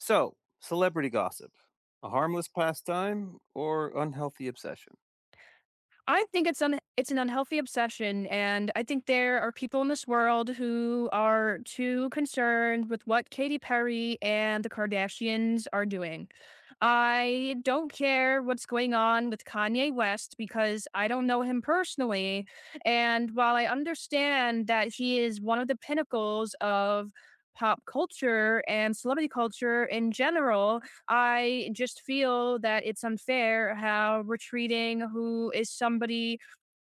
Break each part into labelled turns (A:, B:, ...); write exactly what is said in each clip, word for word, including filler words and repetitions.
A: So, celebrity gossip, a harmless pastime or unhealthy obsession?
B: I think it's un- it's an unhealthy obsession, and I think there are people in this world who are too concerned with what Katy Perry and the Kardashians are doing. I don't care what's going on with Kanye West because I don't know him personally, and while I understand that he is one of the pinnacles of pop culture and celebrity culture in general, I just feel that it's unfair how we're treating who is somebody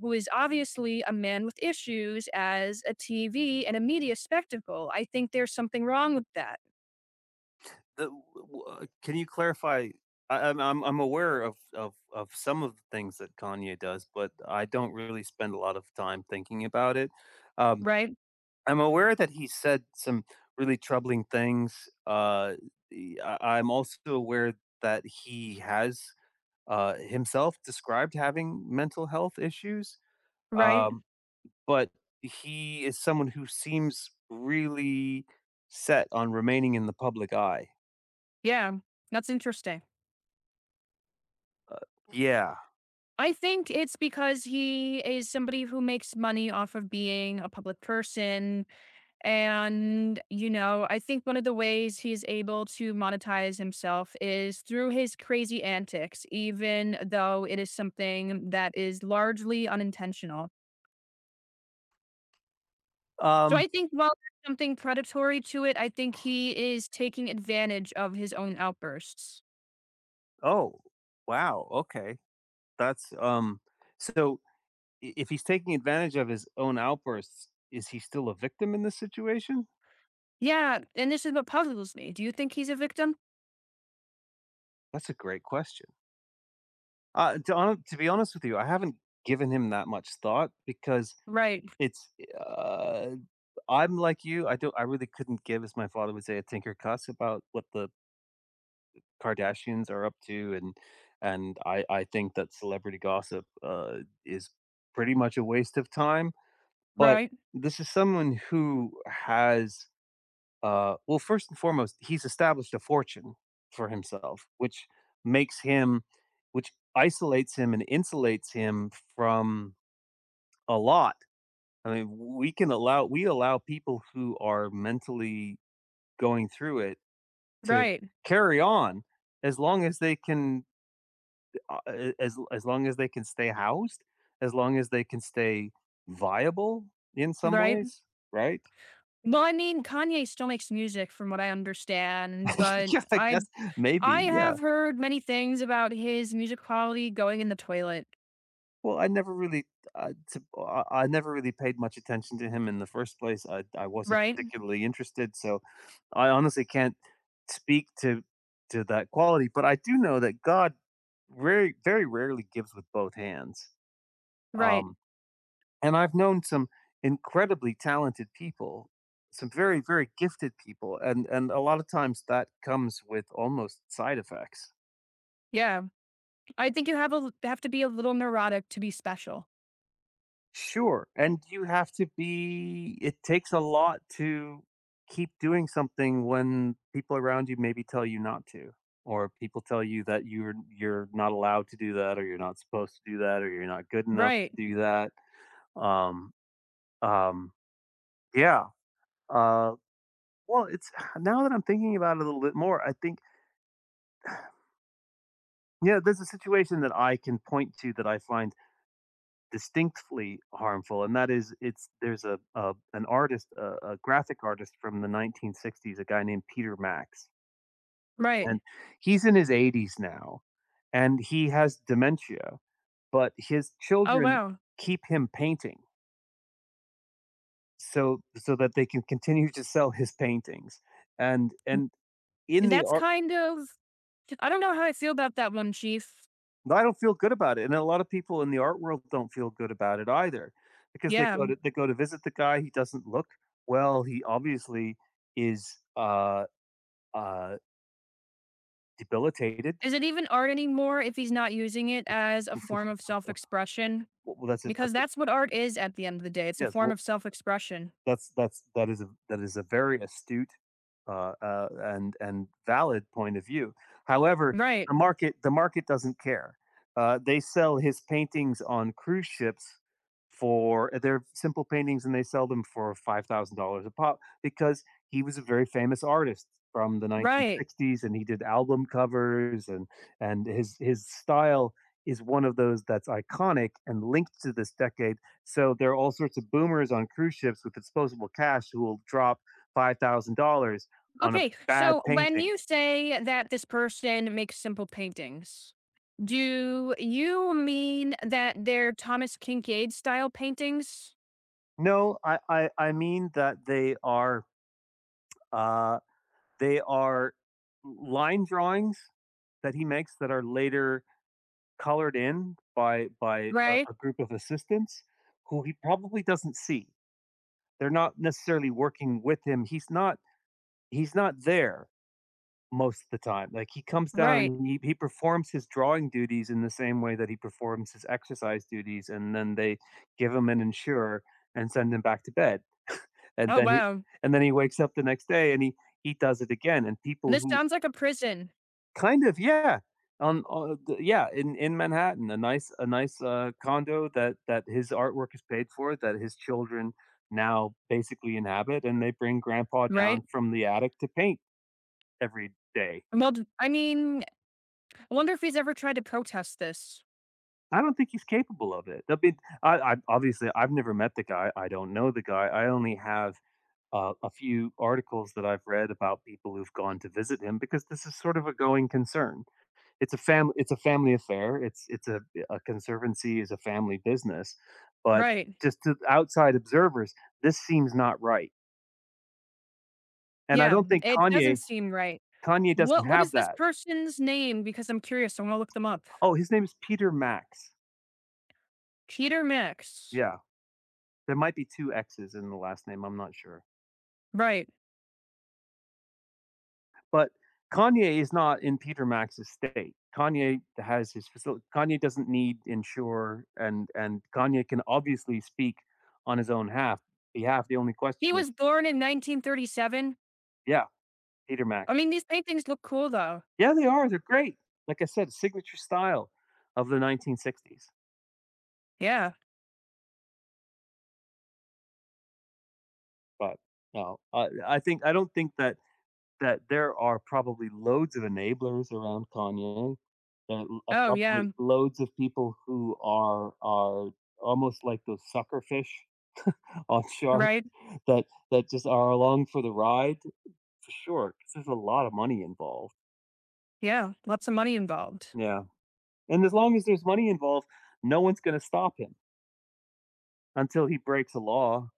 B: who is obviously a man with issues as a T V and a media spectacle. I think there's something wrong with that.
A: The, w- w- uh, can you clarify? I, I'm I'm I'm aware of, of of some of the things that Kanye does, but I don't really spend a lot of time thinking about it. Um,
B: Right?
A: I'm aware that he said some really troubling things. Uh, the- I, I'm also aware that he has uh, himself described having mental health issues.
B: Right?
A: Um, But he is someone who seems really set on remaining in the public eye.
B: Yeah. That's interesting.
A: Uh, yeah.
B: I think it's because he is somebody who makes money off of being a public person. And, you know, I think one of the ways he's able to monetize himself is through his crazy antics, even though it is something that is largely unintentional. So
A: Um,
B: I think while there's something predatory to it, I think he is taking advantage of his own outbursts.
A: oh, wow. Okay. That's, um, so i- if he's taking advantage of his own outbursts, is he still a victim in this situation?
B: Yeah. And this is what puzzles me. Do you think he's a victim?
A: That's a great question. Uh, to, hon- to be honest with you, I haven't given him that much thought because
B: Right.
A: it's, uh, I'm like you. I don't. I really couldn't give, as my father would say, a tinker cuss about what the Kardashians are up to, and and I I think that celebrity gossip uh, is pretty much a waste of time. But
B: Right.
A: this is someone who has, uh, well, first and foremost, he's established a fortune for himself, which makes him, which isolates him and insulates him from a lot. I mean, we can allow we allow people who are mentally going through it to
B: Right.
A: carry on as long as they can uh, as as long as they can stay housed, as long as they can stay viable in some
B: Right.
A: ways, right?
B: Well, I mean, Kanye still makes music from what I understand, but
A: Yeah, I guess
B: I
A: maybe.
B: I
A: Yeah.
B: have heard many things about his music quality going in the toilet.
A: Well, I never really, uh, to, I, I never really paid much attention to him in the first place. I I wasn't
B: Right?
A: particularly interested, so I honestly can't speak to to that quality. But I do know that God very very rarely gives with both hands.
B: Right.
A: Um, And I've known some incredibly talented people, some very, very gifted people, and and a lot of times that comes with almost side effects.
B: Yeah. I think you have a l have to be a little neurotic to be special.
A: Sure, and you have to be it takes a lot to keep doing something when people around you maybe tell you not to, or people tell you that you're you're not allowed to do that, or you're not supposed to do that, or you're not good enough
B: Right.
A: to do that. Um, um, yeah. Uh, well, it's now that I'm thinking about it a little bit more, I think yeah, there's a situation that I can point to that I find distinctly harmful, and that is it's there's a, a an artist, a, a graphic artist from the nineteen sixties, a guy named Peter Max, and
B: Right.
A: he's in his eighties now, and he has dementia, but his
B: Oh,
A: children
B: wow.
A: keep him painting so so that they can continue to sell his paintings, and and in the
B: That's
A: art
B: kind of I don't know how I feel about that one, Chief.
A: I don't feel good about it, and a lot of people in the art world don't feel good about it either, because they
B: Yeah.
A: go to they go to visit the guy. He doesn't look well. He obviously is uh, uh, debilitated.
B: Is it even art anymore if he's not using it as a form of self-expression?
A: well, that's a,
B: Because
A: that's a,
B: that's what art is at the end of the day. It's a
A: yes.
B: form
A: well,
B: of self-expression.
A: that's that's that is a that is a very astute uh, uh, and and valid point of view. However, the
B: Right.
A: market the market doesn't care. Uh, they sell his paintings on cruise ships for they're simple paintings, and they sell them for five thousand dollars a pop because he was a very famous artist from the
B: Right.
A: nineteen sixties, and he did album covers, and and his his style is one of those that's iconic and linked to this decade, so there are all sorts of boomers on cruise ships with disposable cash who will drop five thousand dollars on a
B: Okay,
A: bad
B: so when
A: painting.
B: you say that this person makes simple paintings, do you mean that they're Thomas Kincaid style paintings?
A: No, I, I, I mean that they are uh, they are line drawings that he makes that are later colored in by by a,
B: Right?
A: a group of assistants who he probably doesn't see. They're not necessarily working with him. He's not he's not there most of the time. Like, he comes down
B: Right.
A: and he he performs his drawing duties in the same way that he performs his exercise duties, and then they give him an insurer and send him back to bed. And
B: Oh,
A: then he
B: wow.
A: and then he wakes up the next day and he he does it again. And people
B: This
A: who
B: sounds like a prison,
A: kind of yeah, on on the yeah, in in Manhattan, a nice a nice, uh, condo that that his artwork is paid for, that his children now basically inhabit, and they bring grandpa down
B: right?
A: from the attic to paint every day.
B: Well, d- I mean, I wonder if he's ever tried to protest this.
A: I don't think he's capable of it. I mean, I, I obviously I've never met the guy. I don't know the guy. I only have uh, a few articles that I've read about people who've gone to visit him because this is sort of a going concern. It's a family. It's a family affair. It's it's a a conservancy is a family business, but
B: Right.
A: just to outside observers, this seems not right. And I
B: Yeah,
A: don't think
B: it doesn't
A: Kanye
B: seem right.
A: Kanye doesn't
B: What What
A: have
B: is this
A: that.
B: person's name? Because I'm curious. I want to look them up.
A: Oh, his name is Peter Max.
B: Peter Max.
A: Yeah, there might be two X's in the last name. I'm not sure.
B: Right.
A: But Kanye is not in Peter Max's state. Kanye has his facility. Kanye doesn't need insure, and and Kanye can obviously speak on his own half behalf. The only
B: He
A: question is,
B: was born in nineteen thirty-seven.
A: yeah, Peter Max.
B: I mean, these paintings look cool though.
A: Yeah, they are. They're great. Like I said, signature style of the nineteen sixties.
B: Yeah.
A: But no, I, I think I don't think that that there are probably loads of enablers around Kanye. There are
B: Oh, yeah.
A: probably loads of people who are are almost like those sucker fish, I'm sure,
B: Right.
A: that that just are along for the ride for sure, 'cause there's a lot of money involved.
B: Yeah. Lots of money involved.
A: Yeah, and as long as there's money involved, no one's gonna stop him until he breaks a law.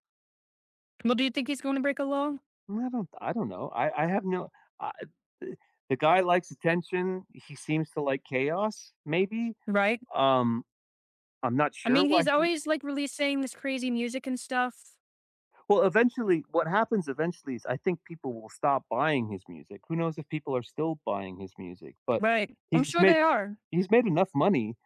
B: Well, do you think he's going to break a law?
A: I don't I don't know. I I have no I the the guy likes attention. He seems to like chaos, maybe.
B: Right.
A: Um, I'm not
B: I
A: sure
B: mean, he's
A: why he
B: always like releasing this crazy music and stuff.
A: well, eventually what happens eventually is I think people will stop buying his music. Who knows if people are still buying his music, but
B: Right. I'm
A: he's
B: sure
A: made
B: they are.
A: he's made enough money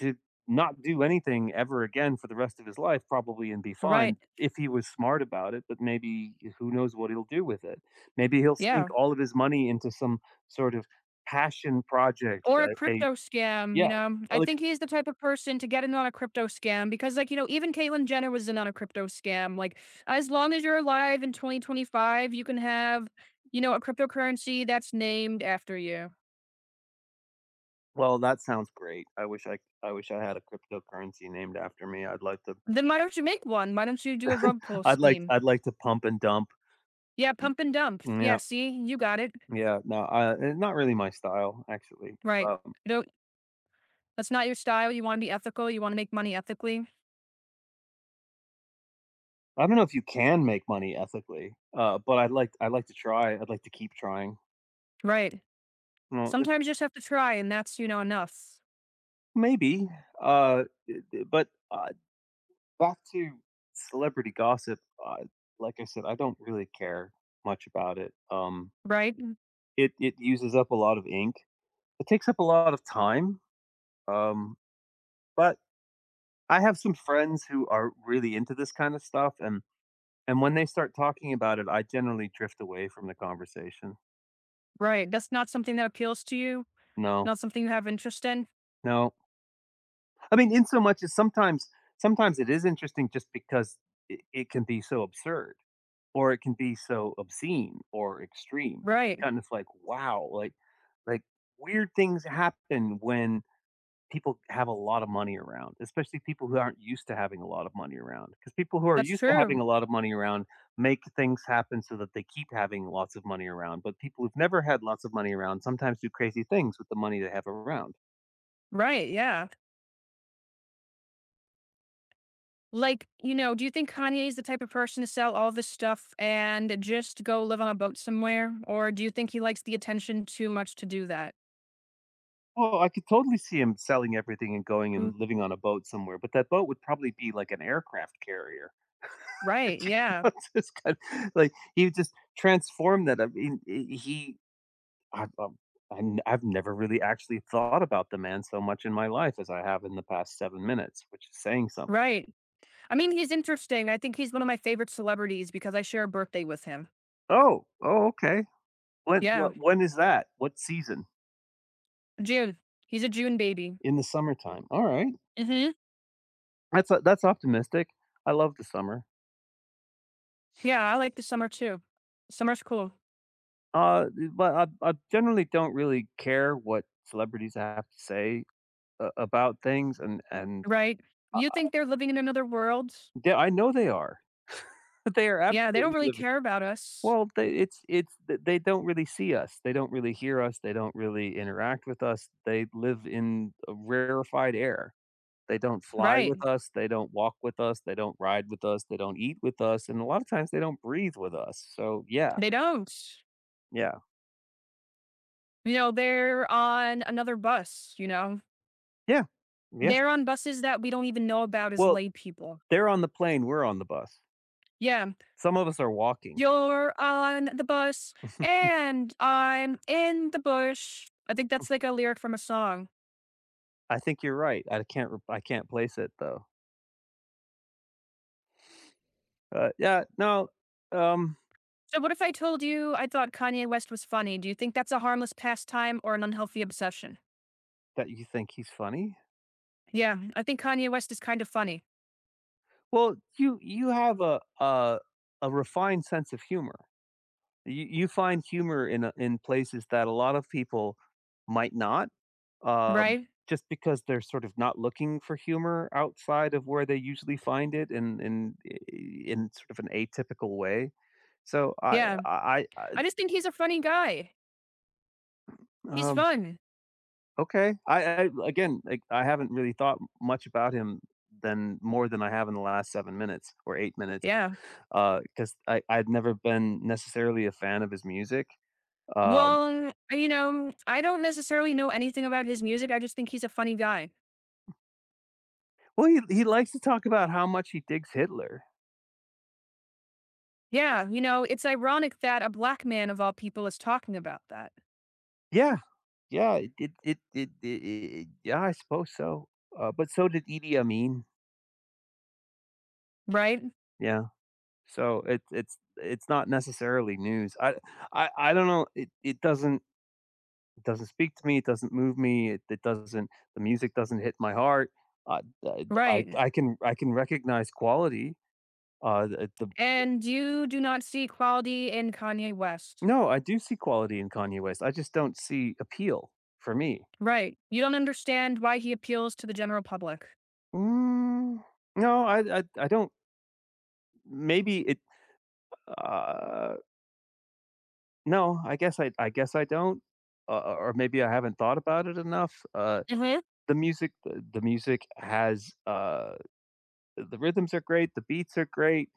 A: to not do anything ever again for the rest of his life probably and be fine
B: Right.
A: if he was smart about it, but maybe who knows what he'll do with it. Maybe he'll sink
B: Yeah.
A: all of his money into some sort of passion project.
B: Or a
A: A, a
B: crypto scam, you
A: yeah,
B: know? I
A: like
B: think he's the type of person to get in on a crypto scam because, like, you know, even Caitlyn Jenner was in on a crypto scam. Like, as long as you're alive in twenty twenty-five, you can have, you know, a cryptocurrency that's named after you.
A: well, that sounds great. I wish I I wish I had a cryptocurrency named after me. I'd like to
B: Then why don't you make one? Why don't you do a rug pull
A: I'd like
B: scheme?
A: I'd like to pump and dump.
B: Yeah, pump and dump. Yeah,
A: Yeah.
B: see, you got it.
A: Yeah, no, I, eh, not really my style actually.
B: Right.
A: Uh,
B: You don't that's not your style. You want to be ethical. You want to make money ethically.
A: I don't know if you can make money ethically, uh, but I'd like I'd like to try. I'd like to keep trying.
B: Right.
A: Well, it
B: Sometimes you just have to try and that's, you know, enough.
A: maybe, uh, it it but, uh, back to celebrity gossip, uh, like I said, I don't really care much about it. Um,
B: Right?
A: it it uses up a lot of ink. It takes up a lot of time, um, but I have some friends who are really into this kind of stuff, and and when they start talking about it, I generally drift away from the conversation.
B: Right. That's not something that appeals to you.
A: No,
B: Not something you have interest in.
A: no. I mean, in so much as sometimes sometimes it is interesting just because it, it can be so absurd or it can be so obscene or extreme.
B: Right.
A: Kind of like, wow, like like weird things happen when people have a lot of money around, especially people who aren't used to having a lot of money around. Because people who are
B: That's
A: used to having
B: true.
A: a lot of money around make things happen so that they keep having lots of money around. But people who've never had lots of money around sometimes do crazy things with the money they have around.
B: Right. Yeah. Like, you know, do you think Kanye is the type of person to sell all this stuff and just go live on a boat somewhere? Or do you think he likes the attention too much to do that?
A: Oh, I could totally see him selling everything and going
B: Mm.
A: and living on a boat somewhere, but that boat would probably be like an aircraft carrier.
B: Right. Yeah.
A: It's just kind of- like, he would just transform that, I mean, I he I um, I have never really actually thought about the man so much in my life as I have in the past seven minutes, which is saying something.
B: Right. I mean, he's interesting. I think he's one of my favorite celebrities because I share a birthday with him.
A: Oh, oh, okay. When
B: Yeah,
A: what when is that? What season?
B: June. He's a June baby.
A: In the summertime. Alright.
B: Mhm.
A: That's uh, that's optimistic. I love the summer.
B: Yeah, I like the summer too. Summer's cool,
A: Uh, but I I generally don't really care what celebrities have to say a about things, and and
B: right? You think they're living in another world?
A: yeah, I know they are. They are
B: Yeah, they
A: absolutely
B: don't really
A: living
B: care about us.
A: well, they it's it's th they don't really see us, they don't really hear us, they don't really interact with us, they live in a rarefied air. They don't fly
B: Right.
A: with us, they don't walk with us, they don't ride with us, they don't eat with us, and a lot of times they don't breathe with us, so yeah,
B: They don't.
A: yeah,
B: You know, they're on another bus, you know?
A: yeah, yeah.
B: They're on buses that we don't even know about as
A: Well,
B: lay people.
A: they're on the plane, we're on the bus.
B: Yeah.
A: Some of us are walking.
B: You're on the bus and I'm in the bush. I think that's like a lyric from a song.
A: I think you're right. I can't re I can't place it though. Uh, yeah, no, um,
B: So what if I told you I thought Kanye West was funny? Do you think that's a harmless pastime or an unhealthy obsession?
A: that you think he's funny?
B: Yeah, I think Kanye West is kind of funny,
A: Well, you you have a a a refined sense of humor. You you find humor in a in places that a lot of people might not, um,
B: right?
A: just because they're sort of not looking for humor outside of where they usually find it in in in sort of an atypical way. So I
B: Yeah.
A: I I
B: I just think he's a funny guy. He's
A: um
B: fun.
A: okay. I I again, like, I haven't really thought much about him than more than I have in the last seven minutes or eight minutes,
B: Yeah.
A: because I I'd never been necessarily a fan of his music. Um,
B: Well, you know, I don't necessarily know anything about his music. I just think he's a funny guy.
A: well, he he likes to talk about how much he digs Hitler.
B: Yeah, you know, it's ironic that a black man of all people is talking about that,
A: Yeah, yeah, it it it it I I yeah, I suppose so. Uh, but so did Idi Amin.
B: right?
A: Yeah. So, it's it's it's not necessarily news. I I I don't know, it it doesn't It doesn't speak to me, it doesn't move me, it it doesn't the music doesn't hit my heart. Uh, I I
B: Right.
A: I can I can recognize quality, uh, the the
B: And you do not see quality in Kanye West.
A: no, I do see quality in Kanye West, I just don't see appeal for me.
B: Right. You don't understand why he appeals to the general public.
A: Mm, no, I I I don't maybe it uh, no, I guess I I guess I don't, uh, or maybe I haven't thought about it enough. Uh,
B: Mhm.
A: the music the the music has, uh the rhythms are great, the beats are great,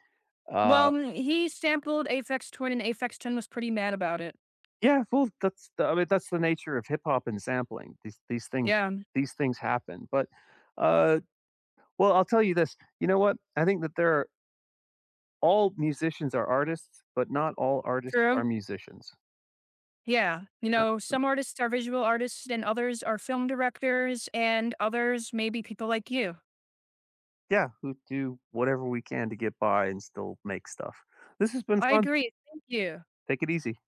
A: uh
B: Well, mm, he sampled Aphex Twin and Aphex Twin was pretty mad about it.
A: yeah, well, that's the I mean, that's the nature of hip hop and sampling. These these things
B: Yeah.
A: these things happen. But uh well, I'll tell you this. You know what? I think that there are all musicians are artists, but not all artists are
B: True.
A: musicians.
B: Yeah. You
A: Uh,
B: know, some artists are visual artists and others are film directors and others may be people like you.
A: Yeah, who do whatever we can to get by and still make stuff. This has been
B: I
A: fun.
B: agree. Thank you.
A: Take it easy.